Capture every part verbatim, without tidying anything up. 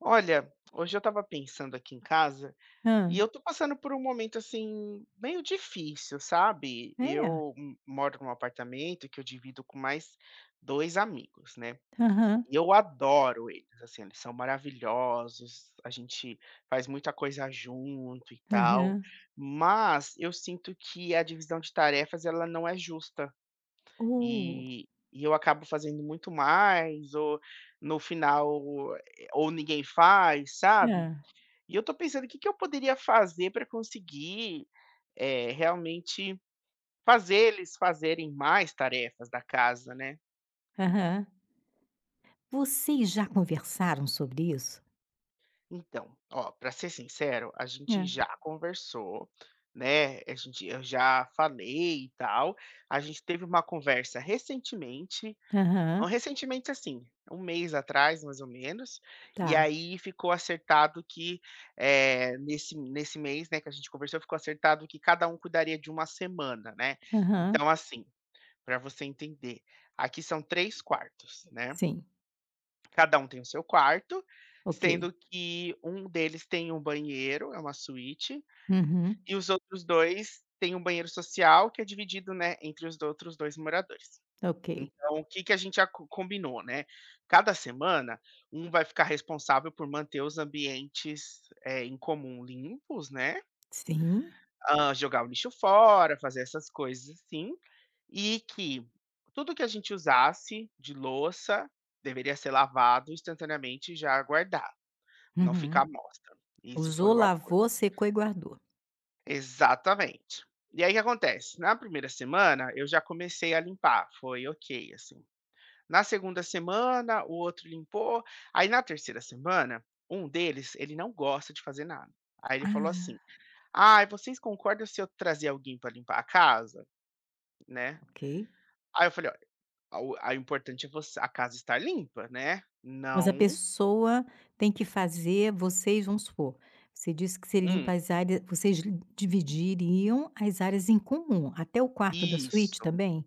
Olha, hoje eu estava pensando aqui em casa e Hã. eu tô passando por um momento assim meio difícil, sabe? É. Eu m- moro num apartamento que eu divido com mais dois amigos, né? Aham, E eu adoro eles, assim, eles são maravilhosos, a gente faz muita coisa junto e tal, aham. mas eu sinto que a divisão de tarefas ela não é justa Oh. e E eu acabo fazendo muito mais, ou no final, eh, ou ninguém faz, sabe? Hã. E eu tô pensando o que que eu poderia fazer para conseguir, eh, realmente fazer eles fazerem mais tarefas da casa, né. Aham. Vocês já conversaram sobre isso? Então, ó, para ser sincero, a Hã. gente já conversou, né, a gente eu já falei e tal, a gente teve uma conversa recentemente, Hã, Aham. recentemente, assim, um mês atrás, mais ou menos, e Tá. aí ficou acertado que, eh, nesse nesse mês, né, que a gente conversou, ficou acertado que cada um cuidaria de uma semana, né. Aham. Então, assim, para você entender, aqui são três quartos, né, Sim. cada um tem o seu quarto, Ok. sendo que um deles tem um banheiro, é uma suíte, Uhum. e os outros dois têm um banheiro social que é dividido, né, entre os outros dois moradores. Ok. Então, o que que a gente já co combinou, né. Cada semana, um vai ficar responsável por manter os ambientes, eh, em comum limpos, né, Sim. hã, jogar o lixo fora, fazer essas coisas assim, e que tudo que a gente usasse de louça deveria ser lavado instantaneamente e já guardado, não ficar Uhum. à mostra. Isso foi Usou, o acordo. lavou, secou e guardou. Exatamente. E aí o que acontece, na primeira semana eu já comecei a limpar, foi ok, assim. Na segunda semana, o outro limpou. Aí na terceira semana, um deles, ele não gosta de fazer nada. Aí ele falou Ah. assim: "Ai, vocês concordam se eu trazer alguém para limpar a casa?", né. Ok. Aí eu falei: "Olha, o a o importante é você a casa estar limpa, né, Mas a não." pessoa tem que fazer, vocês, vamos supor, você disse que você limpa Hum, as áreas, vocês dividiriam as áreas em comum, até o quarto da suíte isso. também?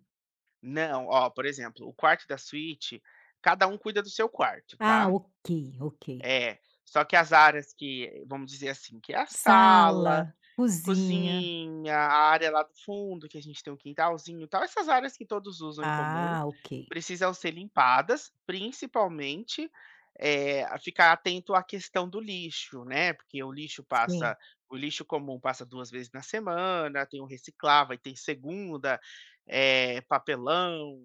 Não, ó, por exemplo, o quarto da suíte, cada um cuida do seu quarto, Ah, tá. ok, ok. É, só que as áreas que, vamos dizer assim, que é a Sala, sala, cozinha. cozinha, a área lá do fundo, que a gente tem um quintalzinho e tal, essas áreas que todos usam em comum, Ah, ok. precisam ser limpadas, principalmente, eh, a ficar atento à questão do lixo, né, porque o lixo passa Sim. o lixo comum passa duas vezes na semana, tem o reciclável, aí tem segunda, eh, papelão,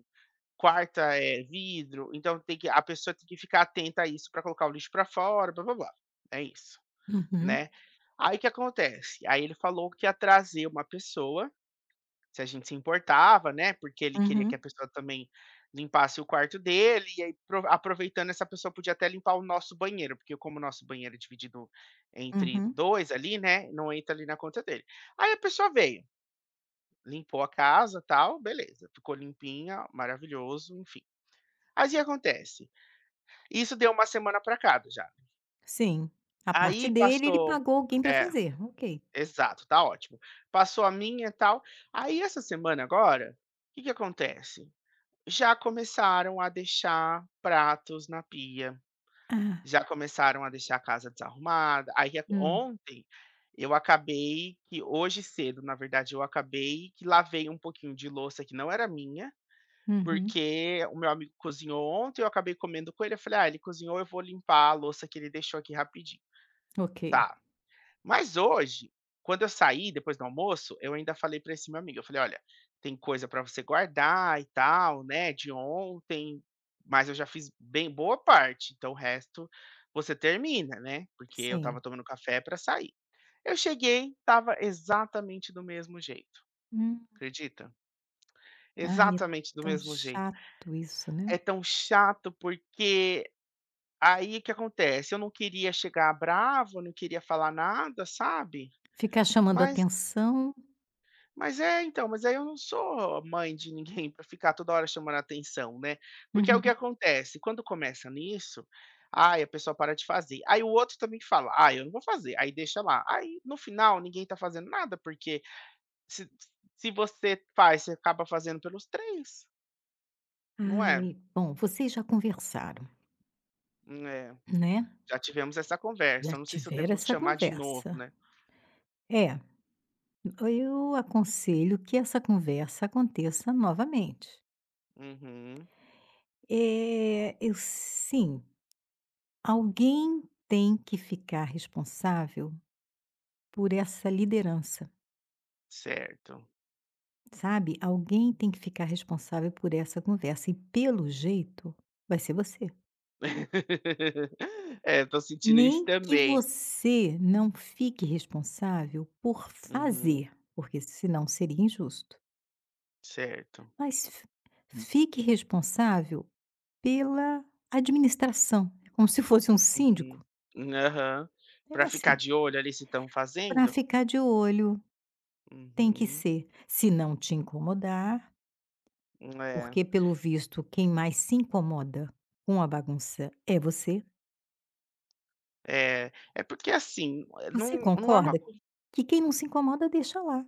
quarta é vidro, então tem que a pessoa tem que ficar atenta a isso para colocar o lixo para fora, blá-blá-blá. É isso. Uhum, Né. Aí o que acontece? Aí ele falou que ia trazer uma pessoa, se a gente se importava, né, porque ele queria que a uhum, pessoa também limpasse o quarto dele, e aí pro aproveitando essa pessoa podia até limpar o nosso banheiro, porque como o nosso banheiro é dividido entre uhum. dois ali, né, não entra ali na conta dele. Aí a pessoa veio, limpou a casa, tal, beleza, ficou limpinha, maravilhoso, enfim. Aí o que acontece? Isso deu uma semana para cada já. Sim. A parte Aí dele, ele passou pagou alguém para é, fazer, ok. exato, tá ótimo. Passou a minha e tal. Aí essa semana agora, o que que acontece? Já começaram a deixar pratos na pia, Ah, já começaram a deixar a casa desarrumada. Aí que hum, ontem eu acabei que hoje cedo, na verdade, eu acabei que lavei um pouquinho de louça que não era minha, uhum, porque o meu amigo cozinhou ontem, eu acabei comendo com ele, eu falei: "Ah, ele cozinhou, eu vou limpar a louça que ele deixou aqui rapidinho". ok, Tá. Mas hoje, quando eu saí, depois do almoço, eu ainda falei pra esse meu amigo, eu falei: "Olha, tem coisa pra você guardar e tal, né, de ontem, mas eu já fiz bem boa parte, então o resto você termina, né", porque eu estava sim. tomando café pra sair. Eu cheguei, estava exatamente do mesmo jeito, Hum. acredita? Ai, é Exatamente do tão mesmo jeito. chato isso, né. É tão chato, porque aí o que acontece, eu não queria chegar bravo, não queria falar nada, sabe. Ficar chamando Mas atenção. Mas é, então, mas aí eu não sou mãe de ninguém para ficar toda hora chamando atenção, né. Porque é o que Uhum. acontece, quando começa nisso, ai, a pessoa para de fazer, aí o outro também fala: "Ah, eu não vou fazer", aí deixa lá. Aí no final ninguém tá fazendo nada, porque se se você faz, você acaba fazendo pelos três, não é? Ai, bom, vocês já conversaram, Hum, É, né, já tivemos essa já conversa, não sei se eu tiveram devo te essa chamar de novo, conversa. né. É, eu aconselho que essa conversa aconteça novamente. Uhum, Eh, eu sim, alguém tem que ficar responsável por essa liderança, certo. sabe? Alguém tem que ficar responsável por essa conversa e, pelo jeito, vai ser você. É, tô sentindo isso Nem que também. você não fique responsável por Uhum, fazer, porque senão seria injusto. certo. Mas f- fique responsável pela administração, como se fosse um síndico. Uhum. Aham. É Pra ficar assim, de olho ali se estão para fazendo? ficar de olho. Tem que Uhum. ser. Se não te incomodar, É, porque pelo visto quem mais se incomoda com a bagunça é você. é. É porque assim, eh, Você não não é uma concorda coisa que quem não se incomoda deixa lá.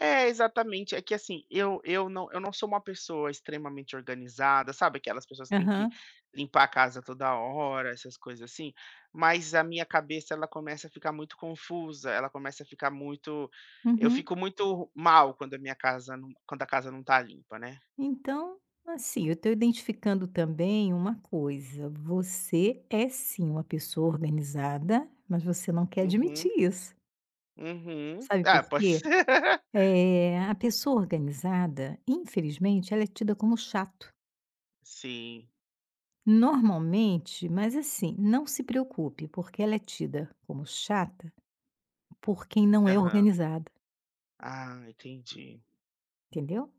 é, exatamente. É que assim, eu eu não eu não sou uma pessoa extremamente organizada, sabe aquelas pessoas que têm que Aham. limpar a casa toda hora, essas coisas assim, mas a minha cabeça ela começa a ficar muito confusa, ela começa a ficar muito eu Uhum. fico muito mal quando a minha casa não quando a casa não tá limpa, né. Então, assim, eu estou identificando também uma coisa: você é sim uma pessoa organizada, mas você não quer Uhum, admitir isso. uhum. Sabe Ah, por pode quê? ser. Eh, a pessoa organizada, infelizmente, ela é tida como chato. Sim, Normalmente, mas assim, não se preocupe, porque ela é tida como chata por quem não é aham. organizada, Ah, entendi, entendeu?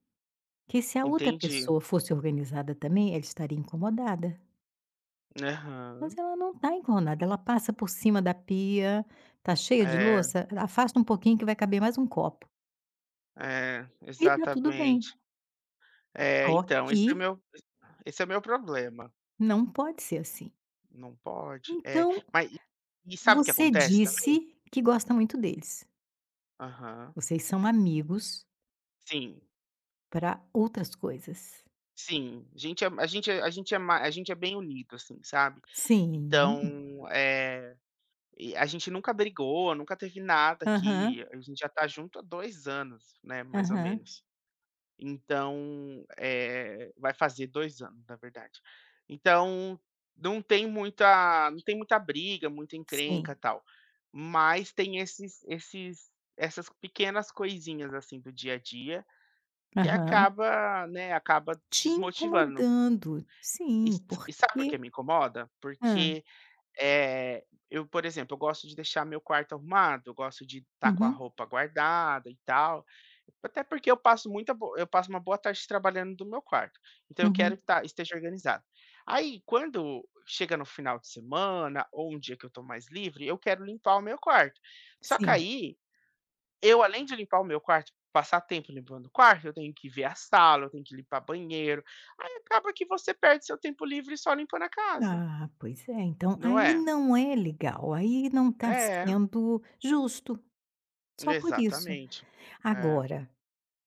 Que se a outra entendi. pessoa fosse organizada também, ela estaria incomodada. Aham. Mas ela não está incomodada, ela passa por cima da pia, tá cheia de É, louça, afasta um pouquinho que vai caber mais um copo. é, E tá tudo bem. exatamente. É, Só então, esse é que meu esse é meu problema. não pode ser assim. Não pode, é. Então, Mas e e sabe o que você acontece também? disse que gosta muito deles. Aham. Vocês são amigos Sim, para outras coisas. sim. A Gente é a gente é a gente é ma a gente é bem unido, assim, sabe. Sim. Então, é e a gente nunca brigou, nunca teve nada aqui, Aham, a gente já tá junto há dois anos, né, mais ou aham. menos. Então, eh, vai fazer dois anos, na verdade. Então, não tem muita não tem muita briga, muita encrenca, e Sim. tal, mas tem esses esses essas pequenas coisinhas, assim, do dia a dia que Aham. acaba, né, acaba Te desmotivando. incomodando. E Sim, s e sabe por que porque me incomoda? hã. Porque, eh, eu, por exemplo, eu gosto de deixar meu quarto arrumado, eu gosto de estar com a Uhum, roupa guardada e tal. Até porque eu passo muita bo eu passo uma boa tarde trabalhando do meu quarto, então eu quero uhum. que tá esteja organizado. Aí, quando chega no final de semana ou um dia que eu estou mais livre, eu quero limpar o meu quarto. Só que Sim. aí, eu além de limpar o meu quarto, passar tempo limpando o quarto, eu tenho que ver a sala, eu tenho que limpar banheiro, aí acaba que você perde seu tempo livre só limpando a casa, Ah, pois é, então não aí é? não é legal, aí não tá É, sendo justo, só por isso. exatamente. É, Agora,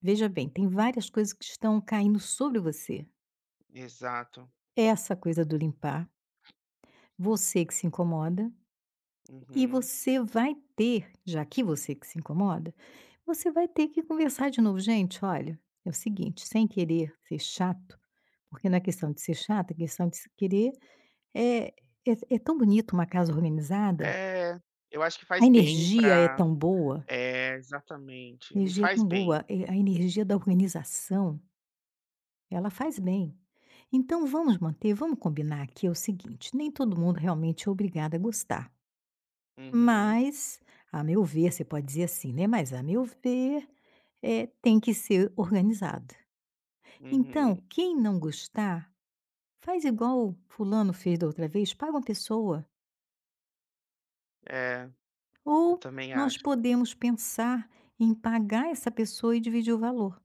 veja bem, tem várias coisas que estão caindo sobre você. exato. Essa coisa do limpar, você que se incomoda. E Uhum. você vai ter, já que você que se incomoda, você vai ter que conversar de novo. Gente, olha, é o seguinte, sem querer ser chato, porque não é questão de ser chato, é questão de se querer. É, é, é tão bonito uma casa organizada, É, eu acho que a faz bem energia é para tão boa, é, exatamente. a Me energia é faz tão bem. boa, é, a energia da organização, ela faz bem. Então vamos manter, vamos combinar, aqui é o seguinte, nem todo mundo realmente é obrigado a gostar. Uhum, Mas, a meu ver, você pode dizer assim, né? Mas a meu ver, é, tem que ser organizado. uhum. Então, quem não gostar, faz igual fulano fez da outra vez, paga uma pessoa. É, eu Ou também nós acho. podemos pensar em pagar essa pessoa e dividir o valor.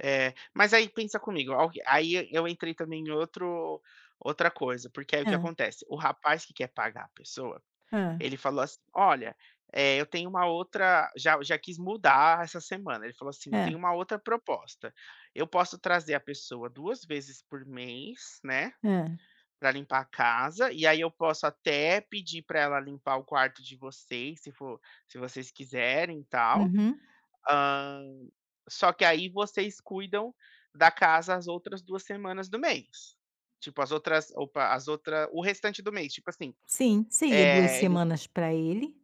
É, mas aí pensa comigo, al aí eu entrei também em outro outra coisa, porque aí o que Hã, acontece, o rapaz que quer pagar a pessoa, hã, ele falou assim: "Olha, eh, eu tenho uma outra" já já quis mudar essa semana, ele falou assim: "Eu tenho é, uma outra proposta, eu posso trazer a pessoa duas vezes por mês, né, é, pra limpar a casa, e aí eu posso até pedir pra ela limpar o quarto de vocês, se for se vocês quiserem e tal. uhum. Hã, só que aí vocês cuidam da casa as outras duas semanas do mês. Tipo, as outras opa, as outras o restante do mês, tipo assim, Sim, seria duas é ele semanas para ele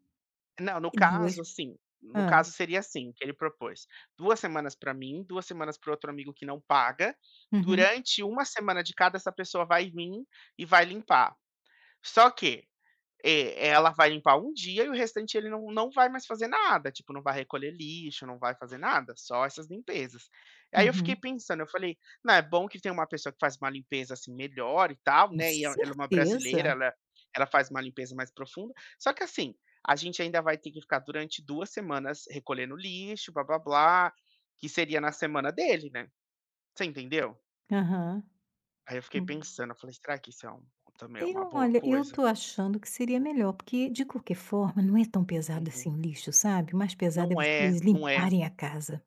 não, no e duas. caso, assim, no Ah, caso seria assim que ele propôs: duas semanas pra mim, duas semanas para outro amigo que não paga, uhum, durante uma semana de cada, essa pessoa vai vir e vai limpar. Só que é, ela vai limpar um dia e o restante ele não, não vai mais fazer nada, tipo, não vai recolher lixo, não vai fazer nada, só essas limpezas. Aí eu fiquei uhum. pensando, eu falei, não, é bom que tem uma pessoa que faz uma limpeza assim melhor e tal, Com né? E ela ela é uma brasileira, certeza. ela, ela faz uma limpeza mais profunda. Só que assim, a gente ainda vai ter que ficar durante duas semanas recolhendo lixo, blá blá blá, que seria na semana dele, né? Você entendeu? Aham. Aí eu fiquei pensando, eu falei, será que isso é um, também é uma Eu, boa olha, eu coisa? tô achando que seria melhor, porque de qualquer forma não é tão pesado Uhum. assim o lixo, sabe? O mais pesado é Não é, vocês não é. limparem a casa.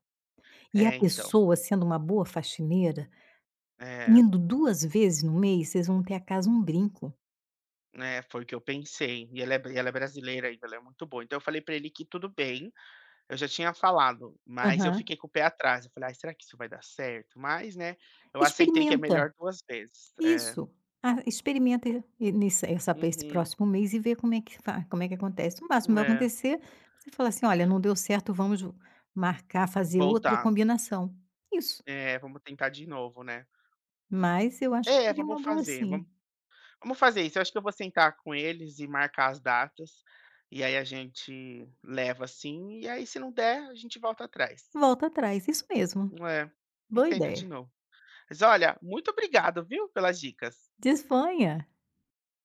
E a É, então. pessoa, sendo uma boa faxineira, É, indo duas vezes no mês, vocês vão ter a casa um brinco. né, foi o que eu pensei. E ela é br- e ela é brasileira ainda, ela é muito boa. Então eu falei pra ele que tudo bem, eu já tinha falado, mas eu Aham. fiquei com o pé atrás. Eu falei: "Ai, será que isso vai dar certo?" Mas, né, eu aceitei que é Experimenta, melhor duas vezes. É. isso. Ah, experimenta e nesse essa esse Uhum. próximo mês e vê como é que fa como é que acontece. O máximo que vai É. acontecer, você fala assim: "Olha, não deu certo, vamos marcar, fazer outra Voltar. combinação". Isso. É, vamos tentar de novo, né. Mas eu acho que É, seria uma vamos boa fazer, sim. vamos vamos fazer isso. Eu acho que eu vou sentar com eles e marcar as datas, e aí a gente leva, assim, e aí se não der, a gente volta atrás. Volta atrás, isso mesmo. É. E Boa tenta de ideia. novo. Mas olha, muito obrigado, viu, pelas dicas. Desfanha.